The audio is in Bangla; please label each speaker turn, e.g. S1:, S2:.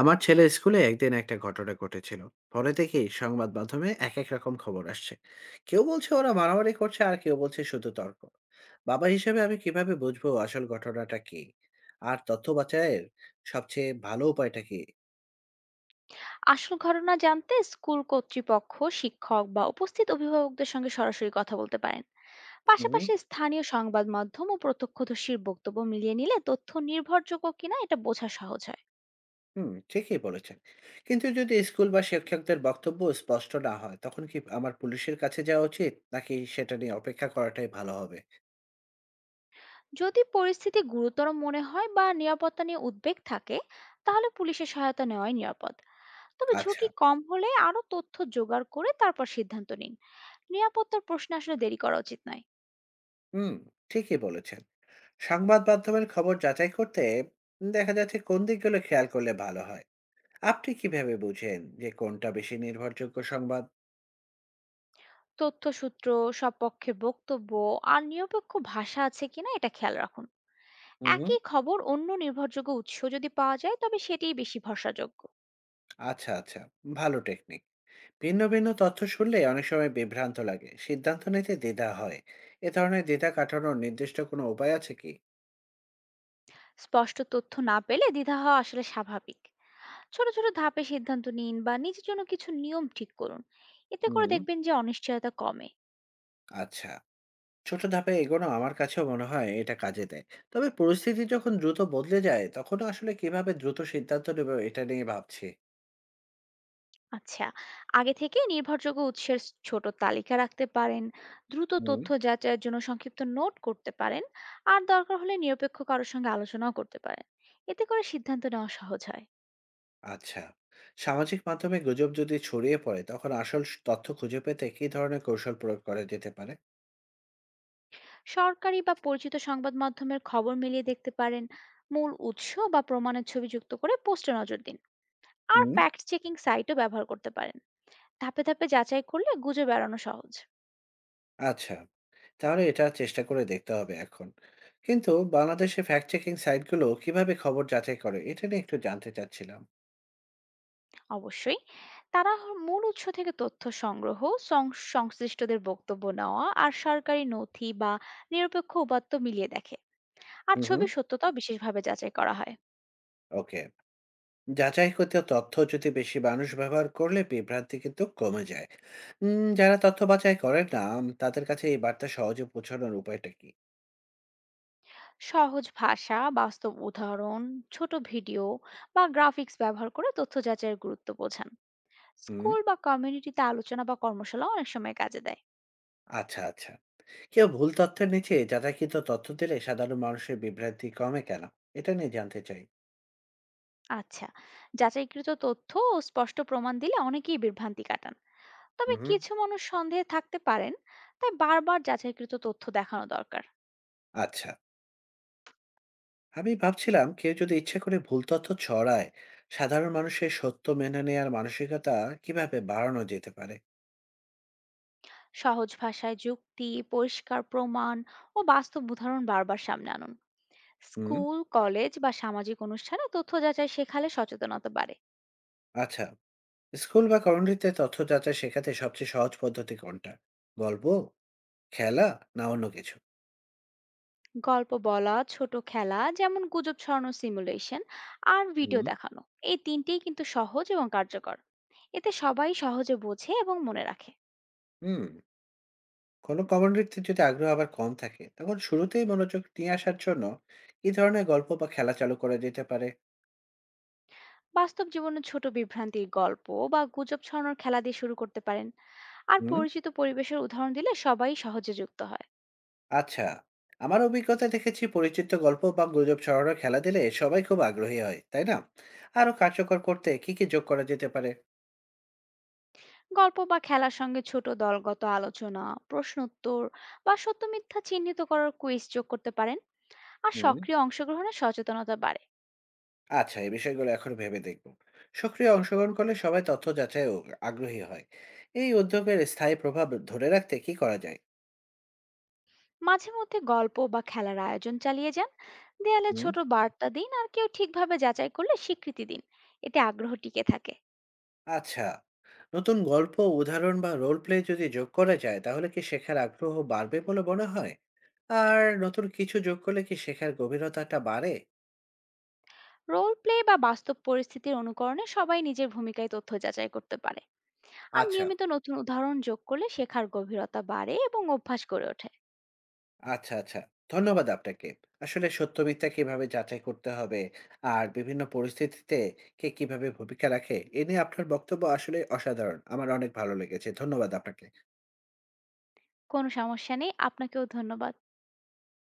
S1: আমার ছেলের স্কুলে একদিন একটা ঘটনা ঘটেছিল। পরে দেখি সংবাদ মাধ্যমে এক এক রকম খবর আসছে। কেউ বলছে ওরা মারামারি করছে, আর কেউ বলছে শুধু তর্ক। বাবা হিসেবে আমি কিভাবে বুঝবো আসল ঘটনাটা কি, আর তথ্য বাঁচায়ের সবচেয়ে ভালো উপায়টা কি?
S2: আসল ঘটনা জানতে স্কুল কর্তৃপক্ষ, শিক্ষক বা উপস্থিত অভিভাবকদের সঙ্গে সরাসরি কথা বলতে পারেন।
S1: হুম।
S2: পাশাপাশি স্থানীয় সংবাদ মাধ্যম ও প্রত্যক্ষদর্শীর বক্তব্য মিলিয়ে নিলে তথ্য নির্ভরযোগ্য কিনা এটা বোঝা সহজ হয়।
S1: হুম, ঠিকই বলেছেন। কিন্তু যদি স্কুল বা শিক্ষকদের বক্তব্য স্পষ্ট না হয়, তখন কি আমার পুলিশের কাছে যাওয়া উচিত, নাকি সেটা নিয়ে অপেক্ষা করাটাই ভালো হবে?
S2: যদি পরিস্থিতি গুরুতর মনে হয় বা নিরাপত্তা নিয়ে উদ্বেগ থাকে, তাহলে পুলিশের সহায়তা নেওয়াই নিরাপদ। তবে
S1: আচ্ছা।
S2: ঝুঁকি কম হলে আরও তথ্য জোগাড় করে তারপর সিদ্ধান্ত নিন। নিরাপত্তার প্রশ্নে আসলে দেরি করা উচিত নয়।
S1: হুম, ঠিকই বলেছেন। সংবাদ মাধ্যমের খবর যাচাই করতে দেখা যাচ্ছে কোন দিকগুলো খেয়াল করলে ভালো হয়। আপনি কিভাবে বুঝেন যে কোনটা বেশি নির্ভরযোগ্য সংবাদ?
S2: তথ্যসূত্র, সব পক্ষের বক্তব্য আর নিরপেক্ষ ভাষা আছে কিনা এটা খেয়াল রাখুন।
S1: হুম।
S2: একই খবর অন্য নির্ভরযোগ্য উৎস যদি পাওয়া যায় তবে সেটিই বেশি ভরসাযোগ্য।
S1: আচ্ছা, আচ্ছা। ভালো টেকনিক। ভিন্ন ভিন্ন তথ্য শুনলে অনেক সময় বিভ্রান্ত লাগে, সিদ্ধান্ত নিতে দ্বিধা হয়। এ ধরনের দ্বিধা কাটানোর নির্দিষ্ট কোনো উপায় আছে কি?
S2: স্পষ্ট তথ্য না পেলে দ্বিধা হওয়া আসলে স্বাভাবিক। ছোট ছোট ধাপে সিদ্ধান্ত নিন বা নিজের জন্য কিছু নিয়ম ঠিক করুন। এতে করে
S1: হুম।
S2: দেখবেন যে অনিশ্চয়তা কমে।
S1: আচ্ছা। ছোট ধাপে এগোনো আমার কাছেও মনে হয় এটা কাজে দেয়। তবে পরিস্থিতি যখন দ্রুত বদলে যায়, তখন আসলে কিভাবে দ্রুত সিদ্ধান্ত নেব এটা নিয়ে ভাবছি।
S2: আচ্ছা, আগে থেকে নির্ভরযোগ্য উৎসের ছোট তালিকা রাখতে পারেন। দ্রুত
S1: হুম।
S2: তথ্য যাচাইয়ের জন্য সংক্ষিপ্ত নোট করতে পারেন। আর দরকার হলে নিরপেক্ষ কারোর সঙ্গে আলোচনাও করতে পারেন। এতে করে সিদ্ধান্ত নেওয়া সহজ হয়।
S1: আচ্ছা। সামাজিক মাধ্যমে গুজব যদি ছড়িয়ে পড়ে, তখন আসল তথ্য খুঁজে পেতে কী ধরনের কৌশল প্রয়োগ করা যেতে পারে?
S2: সরকারি বা পরিচিত সংবাদ মাধ্যমের খবর মিলিয়ে দেখতে পারেন। মূল উৎস বা প্রমাণের ছবি যুক্ত করে পোস্টে নজর দিন। আর
S1: হুম।
S2: ফ্যাক্ট চেকিং সাইটও ব্যবহার করতে পারেন। ধাপে ধাপে যাচাই করলে গুজে বেড়ানো সহজ।
S1: আচ্ছা, তাহলে এটা চেষ্টা করে দেখতে হবে এখন। কিন্তু বাংলাদেশে ফ্যাক্ট চেকিং সাইটগুলো কিভাবে খবর যাচাই করে এটা নিয়ে একটু জানতে চাচ্ছিলাম।
S2: অবশ্যই, তারা মূল উৎস থেকে তথ্য সংগ্রহ, সংশ্লিষ্টদের বক্তব্য নেওয়া আর সরকারি নথি বা নিরপেক্ষ উপাত্ত মিলিয়ে দেখে। আর
S1: হুম, হুম।
S2: ছবির সত্যতাও বিশেষভাবে যাচাই করা হয়।
S1: ওকে। যাচাইকৃত তথ্য যদি বেশি মানুষ ব্যবহার করলে বিভ্রান্তি কিন্তু কমে যায়। যারা তথ্য বাছাই করেন না, তাদের কাছে এই বার্তা সহজে পৌঁছানোর উপায়টা কী?
S2: সহজ ভাষা, বাস্তব উদাহরণ, ছোট ভিডিও বা গ্রাফিক্স ব্যবহার করে তথ্য যাচাইয়ের গুরুত্ব বোঝান।
S1: হুম।
S2: স্কুল বা কমিউনিটিতে আলোচনা বা কর্মশালা অনেক সময় কাজে দেয়।
S1: আচ্ছা, আচ্ছা। কেউ ভুল তথ্যের নিচে যাচাইকৃত তথ্য দিলে সাধারণ মানুষের বিভ্রান্তি কমে কেন, এটা নিয়ে জানতে চাই।
S2: আচ্ছা, যাচাইকৃত তথ্য ও স্পষ্ট প্রমাণ দিলে অনেকেই বিভ্রান্তি কাটান। তবে
S1: হুম।
S2: কিছু মানুষ সন্দেহে থাকতে পারেন। তাই বারবার যাচাইকৃত তথ্য দেখানো দরকার।
S1: আচ্ছা। আমি ভাবছিলাম কেউ যদি ইচ্ছা করে ভুল তথ্য ছড়ায়, সাধারণ মানুষের সত্য মেনে নেওয়ার মানসিকতা কিভাবে বাড়ানো যেতে পারে?
S2: সহজ ভাষায় যুক্তি, পরিষ্কার প্রমাণ ও বাস্তব উদাহরণ বারবার সামনে আনুন।
S1: হুম।
S2: স্কুল, কলেজ বা সামাজিক অনুষ্ঠানে তথ্য যাচাই শেখালে সচেতনতা বাড়ে।
S1: আচ্ছা। স্কুল বা কমিউনিটিতে তথ্য যাচাই শেখাতে সবচেয়ে সহজ পদ্ধতি কোনটা? গল্প, খেলা, না অন্য কিছু?
S2: গল্প বলা, ছোট খেলা যেমন গুজব ছড়ানো সিমুলেশন আর ভিডিও
S1: হুম।
S2: দেখানো— এই তিনটেই কিন্তু সহজ এবং কার্যকর। এতে সবাই সহজে বোঝে এবং মনে রাখে।
S1: হুম। কোনো কমিউনিটিতে যদি আগ্রহ আবার কম থাকে, তখন শুরুতেই মনোযোগ নিয়ে আসার জন্য কি ধরনের গল্প বা খেলা চালু করা যেতে পারে?
S2: বাস্তব জীবনে ছোট বিভ্রান্তির গল্প বা গুজব ছড়ানোর খেলা দিয়ে শুরু করতে পারেন। আর
S1: হুম।
S2: পরিচিত পরিবেশের উদাহরণ দিলে সবাই সহজে যুক্ত হয়।
S1: আচ্ছা। আমার অভিজ্ঞতা দেখেছি পরিচিত গল্প বা গুজব ছড়ানো খেলা দিলে সবাই খুব আগ্রহী হয়, তাই না? আরো কার্যকর করতে কি কি যোগ করা যেতে পারে?
S2: গল্প বা খেলার সঙ্গে ছোট দলগত আলোচনা, প্রশ্ন উত্তর বা সত্য মিথ্যা চিহ্নিত করার কুইজ যোগ করতে পারেন। আর
S1: হুম।
S2: সক্রিয় অংশগ্রহণে সচেতনতা বাড়ে।
S1: আচ্ছা, এই বিষয়গুলো এখন ভেবে দেখব। সক্রিয় অংশগ্রহণ করলে সবাই তথ্য যাচাই ও আগ্রহী হয়। এই উদ্যোগের স্থায়ী প্রভাব ধরে রাখতে কি করা যায়?
S2: মাঝে মধ্যে গল্প বা খেলার আয়োজন চালিয়ে যান। দেয়ালে
S1: হুম।
S2: ছোট বার্তা দিন আর কেউ ঠিকভাবে যাচাই করলে স্বীকৃতি দিন। এতে আগ্রহ টিকে থাকে।
S1: আচ্ছা। নতুন গল্প, উদাহরণ বা রোল প্লে যদি যোগ করা যায়, তাহলে কি শেখার আগ্রহ বাড়বে বলে মনে হয়? আর নতুন কিছু যোগ করলে কি শেখার গভীরতাটা বাড়ে?
S2: রোল প্লে বা বাস্তব পরিস্থিতির অনুকরণে সবাই নিজের ভূমিকায় তথ্য যাচাই করতে পারে। আর
S1: আচ্ছা।
S2: নিয়মিত নতুন উদাহরণ যোগ করলে শেখার গভীরতা বাড়ে এবং অভ্যাস গড়ে ওঠে।
S1: আচ্ছা, আচ্ছা। ধন্যবাদ আপনাকে। আসলে সত্য মিথ্যা কিভাবে যাচাই করতে হবে আর বিভিন্ন পরিস্থিতিতে কে কিভাবে ভূমিকা রাখে, এ নিয়ে আপনার বক্তব্য আসলেই অসাধারণ। আমার অনেক ভালো লেগেছে। ধন্যবাদ আপনাকে।
S2: কোনো সমস্যা নেই, আপনাকেও ধন্যবাদ।